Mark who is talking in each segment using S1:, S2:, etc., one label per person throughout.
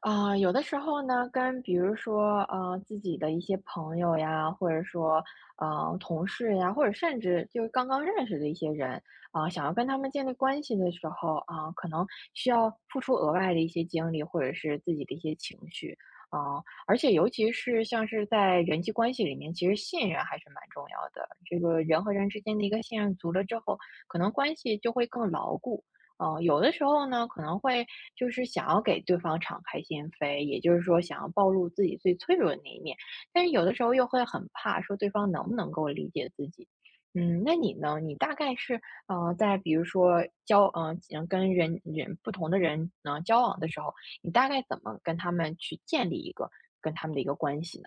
S1: 啊、有的时候呢，跟比如说，自己的一些朋友呀，或者说，同事呀，或者甚至就是刚刚认识的一些人啊、想要跟他们建立关系的时候啊、可能需要付出额外的一些精力，或者是自己的一些情绪啊、而且尤其是像是在人际关系里面，其实信任还是蛮重要的。这个人和人之间的一个信任足了之后，可能关系就会更牢固。有的时候呢，可能会就是想要给对方敞开心扉，也就是说想要暴露自己最脆弱的那一面，但是有的时候又会很怕说对方能不能够理解自己。那你呢？你大概是在比如说跟不同的人呢交往的时候，你大概怎么跟他们去建立一个跟他们的一个关系呢？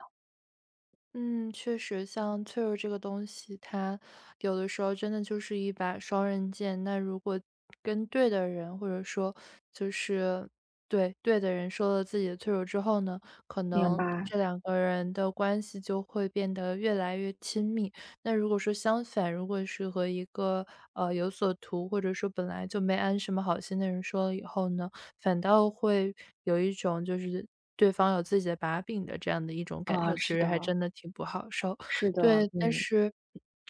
S2: 嗯，确实，像脆弱这个东西，它有的时候真的就是一把双刃剑。那如果跟对的人，或者说就是对对的人说了自己的脆弱之后呢，可
S1: 明
S2: 能
S1: 白。
S2: 这两个人的关系就会变得越来越亲密。那如果说相反，如果是和一个有所图，或者说本来就没安什么好心的人说了以后呢，反倒会有一种就是对方有自己的把柄的这样的一种感
S1: 啊，
S2: 受，其
S1: 是
S2: 实还
S1: 的。
S2: 真的挺不好受。
S1: 是的。
S2: 对，但
S1: 嗯。
S2: 是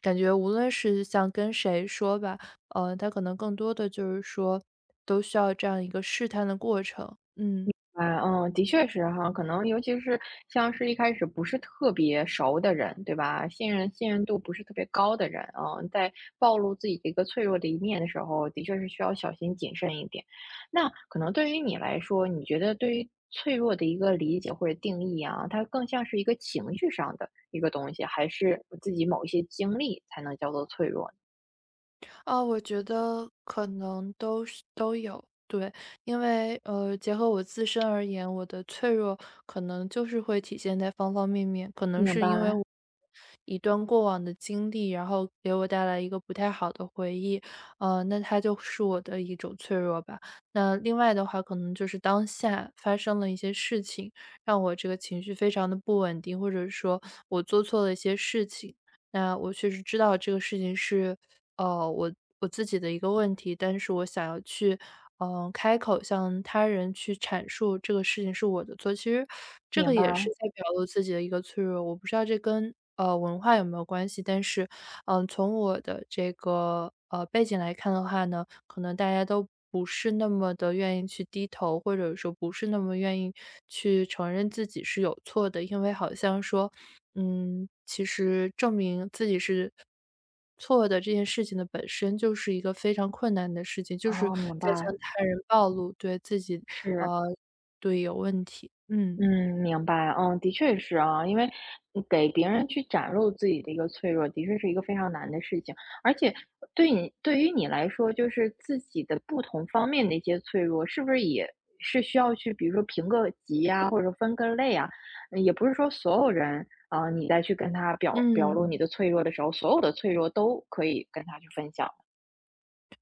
S2: 感觉无论是像跟谁说吧，他可能更多的就是说，都需要这样一个试探的过程。嗯。
S1: 啊，嗯，的确是哈，可能尤其是像是一开始不是特别熟的人，对吧？信任度不是特别高的人，在暴露自己的一个脆弱的一面的时候，的确是需要小心谨慎一点。那可能对于你来说，你觉得对于脆弱的一个理解或者定义啊，它更像是一个情绪上的一个东西，还是自己某一些经历才能叫做脆弱呢？
S2: 啊，我觉得可能都是都有。对，因为结合我自身而言，我的脆弱可能就是会体现在方方面面，可能
S1: 明
S2: 是因为
S1: 白。
S2: 我。一段过往的经历，然后给我带来一个不太好的回忆，那它就是我的一种脆弱吧。那另外的话，可能就是当下发生了一些事情，让我这个情绪非常的不稳定，或者说我做错了一些事情。那我确实知道这个事情是呃，我我自己的一个问题，但是我想要去开口向他人去阐述这个事情是我的错。其实这
S1: 明
S2: 个也是
S1: 白。
S2: 在表露自己的一个脆弱，我不知道这跟，文化有没有关系，但是，从我的这个背景来看的话呢，可能大家都不是那么的愿意去低头，或者说不是那么愿意去承认自己是有错的。因为好像说，其实证明自己是错的这件事情的本身就是一个非常困难的事情，就是
S1: 哦，明
S2: 在向
S1: 白。
S2: 他人暴露对自己，
S1: 是。
S2: 呃，对，有问题，嗯。
S1: 嗯，明白。嗯，的确是啊，因为给别人去展露自己的一个脆弱，的确是一个非常难的事情，而且对于你来说，就是自己的不同方面的一些脆弱，是不是也是需要去，比如说评个级呀，或者分个类啊，也不是说所有人啊，你再去跟他表表
S2: 嗯。
S1: 露你的脆弱的时候，所有的脆弱都可以跟他去分享。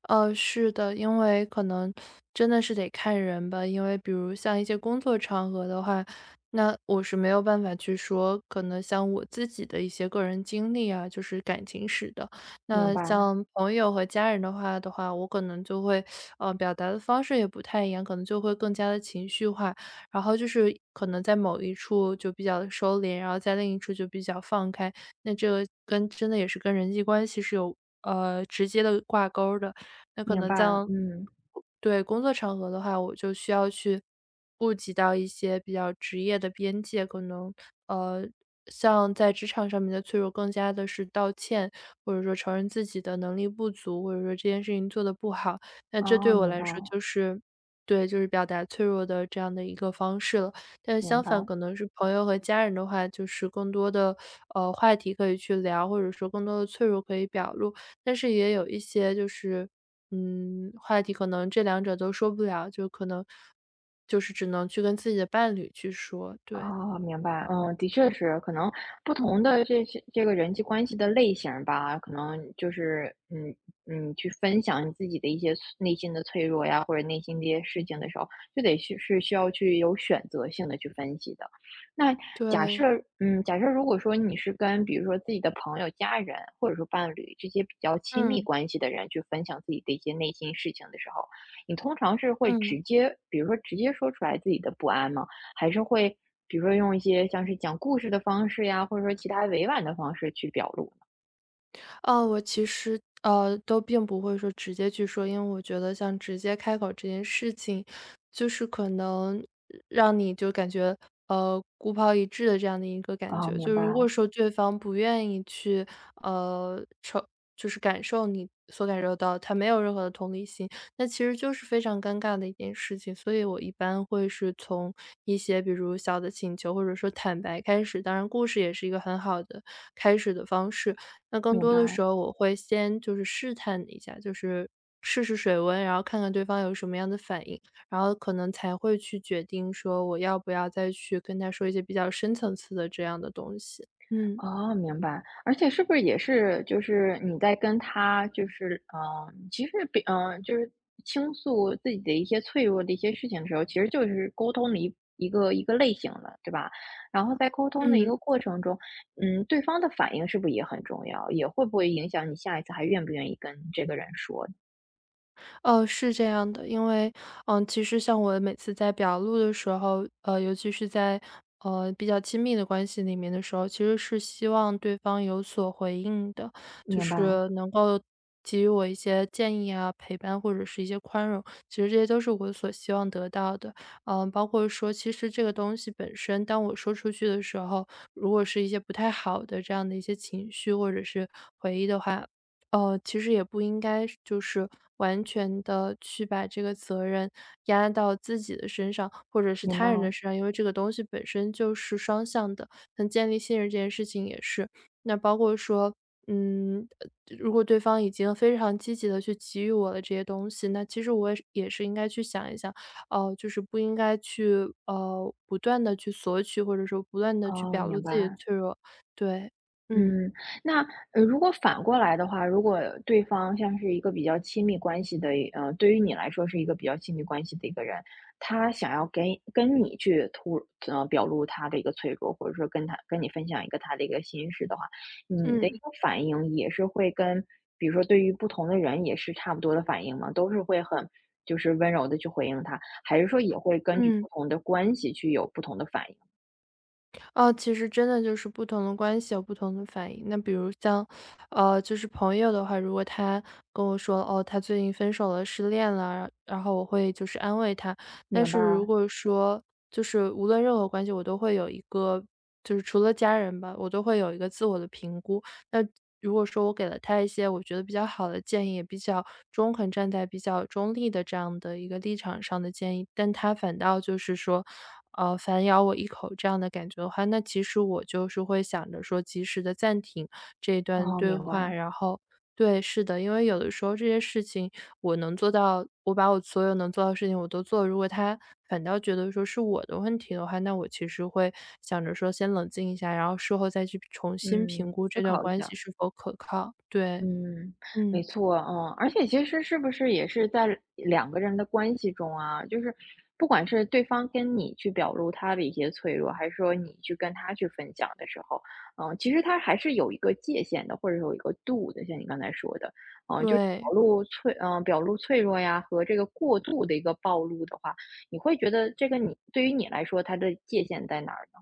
S2: 是的，因为可能真的是得看人吧。因为比如像一些工作场合的话，那我是没有办法去说，可能像我自己的一些个人经历啊，就是感情史的。
S1: 明
S2: 那
S1: 白。
S2: 像朋友和家人的话，我可能就会表达的方式也不太一样，可能就会更加的情绪化。然后就是可能在某一处就比较收敛，然后在另一处就比较放开，那这个跟真的也是跟人际关系是有，直接的挂钩儿的。那可
S1: 明
S2: 能在
S1: 白。嗯。
S2: 对，工作场合的话，我就需要去顾及到一些比较职业的边界，可能，呃，像在职场上面的脆弱更加的是道歉，或者说承认自己的能力不足，或者说这件事情做的不好。那这对
S1: 哦，
S2: 我
S1: 明
S2: 来
S1: 白。
S2: 说就是对，就是表达脆弱的这样的一个方式了。但是
S1: 明
S2: 相
S1: 白。
S2: 反可能是朋友和家人的话，就是更多的，话题可以去聊，或者说更多的脆弱可以表露。但是也有一些就是，话题可能这两者都说不了，就可能就是只能去跟自己的伴侣去说，对，
S1: 哦，明白。嗯，的确是，可能不同的这些这个人际关系的类型儿吧，可能就是，去分享你自己的一些内心的脆弱呀，或者内心的一些事情的时候，就得去是需要去有选择性的去分析的。那假
S2: 对，
S1: 设，假设如果说你是跟比如说自己的朋友、家人，或者说伴侣这些比较亲密
S2: 嗯，
S1: 关系的人去分享自己的一些内心事情的时候，你通常是会
S2: 嗯。
S1: 直接，比如说直接说出来自己的不安吗？还是会比如说用一些像是讲故事的方式呀，或者说其他委婉的方式去表露呢？
S2: 我其实都并不会说直接去说，因为我觉得像直接开口这件事情，就是可能让你就感觉孤抛一掷的这样的一个感
S1: 哦，
S2: 觉。
S1: 明
S2: 就如果
S1: 白。
S2: 说对方不愿意去呃承，就是感受你所感受到，他没有任何的同理心，那其实就是非常尴尬的一件事情。所以我一般会是从一些比如小的请求或者说坦白开始，当然故事也是一个很好的开始的方式。那更
S1: 明
S2: 多的
S1: 白。
S2: 时候我会先就是试探一下，就是试试水温，然后看看对方有什么样的反应，然后可能才会去决定说我要不要再去跟他说一些比较深层次的这样的东西。嗯，
S1: 哦，明白。而且是不是也是就是你在跟他就是其实就是倾诉自己的一些脆弱的一些事情的时候，其实就是沟通的一个类型了，对吧？然后在沟通的一个
S2: 嗯。
S1: 过程中，对方的反应是不是也很重要？也会不会影响你下一次还愿不愿意跟这个人说？
S2: 哦，是这样的，因为，其实像我每次在表露的时候，尤其是在比较亲密的关系里面的时候，其实是希望对方有所回应的，就
S1: 明白。
S2: 是能够给予我一些建议啊、陪伴或者是一些宽容，其实这些都是我所希望得到的。嗯，包括说，其实这个东西本身，当我说出去的时候，如果是一些不太好的这样的一些情绪或者是回忆的话，其实也不应该是就是完全的去把这个责任压到自己的身上，或者是
S1: 明白。
S2: 他人的身上，因为这个东西本身就是双向的，那建立信任这件事情也是。那包括说，嗯，如果对方已经非常积极的去给予我了这些东西，那其实我也是应该去想一想，哦，就是不应该去，不断的去索取，或者说不断的去
S1: 哦，
S2: 表露
S1: 明
S2: 自己的
S1: 白。
S2: 脆弱。对，嗯，
S1: 嗯，那如果反过来的话，如果对方像是一个比较亲密关系的，对于你来说是一个比较亲密关系的一个人，他想要跟你去表露他的一个脆弱，或者说跟你分享一个他的一个心事的话，你的一
S2: 嗯，
S1: 个反应也是会跟，比如说对于不同的人也是差不多的反应吗？都是会很就是温柔的去回应他，还是说也会根据
S2: 嗯。
S1: 不同的关系去有不同的反应？
S2: 哦，其实真的就是不同的关系有不同的反应。那比如像，就是朋友的话，如果他跟我说，哦，他最近分手了，失恋了，然后我会就是安慰他。但
S1: 明
S2: 是如
S1: 白。
S2: 果说就是无论任何关系，我都会有一个，就是除了家人吧，我都会有一个自我的评估。那如果说我给了他一些我觉得比较好的建议，也比较中肯，站在比较中立的这样的一个立场上的建议，但他反倒就是说，反咬我一口这样的感觉的话，那其实我就是会想着说及时的暂停这一段
S1: 哦，
S2: 对
S1: 明
S2: 话，
S1: 白。
S2: 然后对，是的，因为有的时候这些事情我能做到，我把我所有能做到的事情我都做了，如果他反倒觉得说是我的问题的话，那我其实会想着说先冷静一下，然后事后再去重新评
S1: 嗯，
S2: 估
S1: 思
S2: 这段
S1: 考一
S2: 关系
S1: 下。
S2: 是否可靠。对，
S1: 嗯，没
S2: 嗯，
S1: 错，嗯，而且其实是不是也是在两个人的关系中啊，就是不管是对方跟你去表露他的一些脆弱，还是说你去跟他去分享的时候，其实他还是有一个界限的，或者有一个度的，像你刚才说的，就是
S2: 对。
S1: 表露脆弱呀和这个过度的一个暴露的话，你会觉得这个你对于你来说，它的界限在哪儿呢？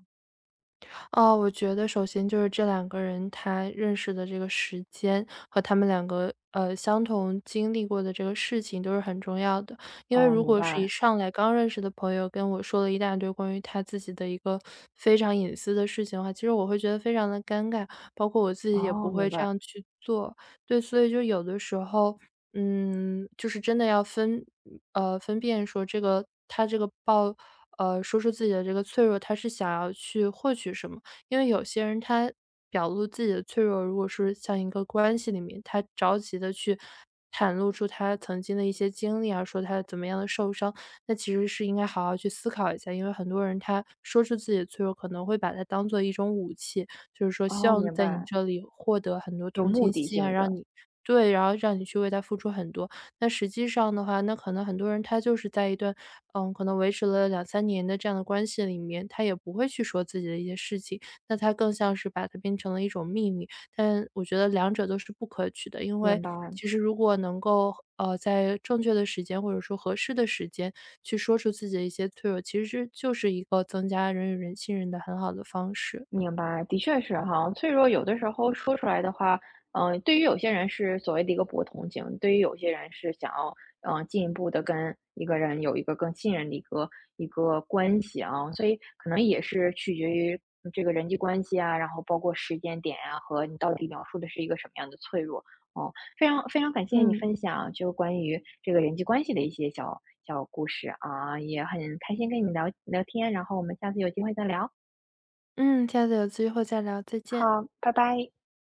S2: 哦，我觉得首先就是这两个人他认识的这个时间和他们两个相同经历过的这个事情都是很重要的，因为
S1: 哦，
S2: 如
S1: 明
S2: 果是一
S1: 白。
S2: 上来刚认识的朋友跟我说了一大堆关于他自己的一个非常隐私的事情的话，其实我会觉得非常的尴尬，包括我自己也
S1: 哦，
S2: 不会
S1: 明
S2: 这
S1: 白。
S2: 样去做。对，所以就有的时候，就是真的要分辨说这个他这个报。说出自己的这个脆弱，他是想要去获取什么，因为有些人他表露自己的脆弱，如果是像一个关系里面，他着急的去袒露出他曾经的一些经历啊，说他怎么样的受伤，那其实是应该好好去思考一下。因为很多人他说出自己的脆弱，可能会把它当做一种武器，就是说希
S1: 哦，
S2: 望
S1: 明
S2: 在你
S1: 白。
S2: 这里获得很多
S1: 有
S2: 同
S1: 目
S2: 情
S1: 的
S2: 心啊，
S1: 性
S2: 让
S1: 的。
S2: 你对，然后让你去为他付出很多。那实际上的话，那可能很多人他就是在一段，可能维持了2、3年的这样的关系里面，他也不会去说自己的一些事情。那它更像是把它变成了一种秘密。但我觉得两者都是不可取的，因
S1: 明
S2: 为
S1: 白。
S2: 其实如果能够，在正确的时间或者说合适的时间去说出自己的一些脆弱，其实就是一个增加人与人信任的很好的方式。
S1: 明白，的确是哈，脆弱有的时候说出来的话，对于有些人是所谓的一个博同情，对于有些人是想要，进一步的跟一个人有一个更信任的一个关系啊，所以可能也是取决于这个人际关系啊，然后包括时间点啊，和你到底描述的是一个什么样的脆弱哦。非常非常感谢你
S2: 嗯，
S1: 分享，就关于这个人际关系的一些小小故事啊，也很开心跟你聊聊天，然后我们下次有机会再聊。
S2: 嗯，下次有机会再聊，再见。
S1: 好，拜拜。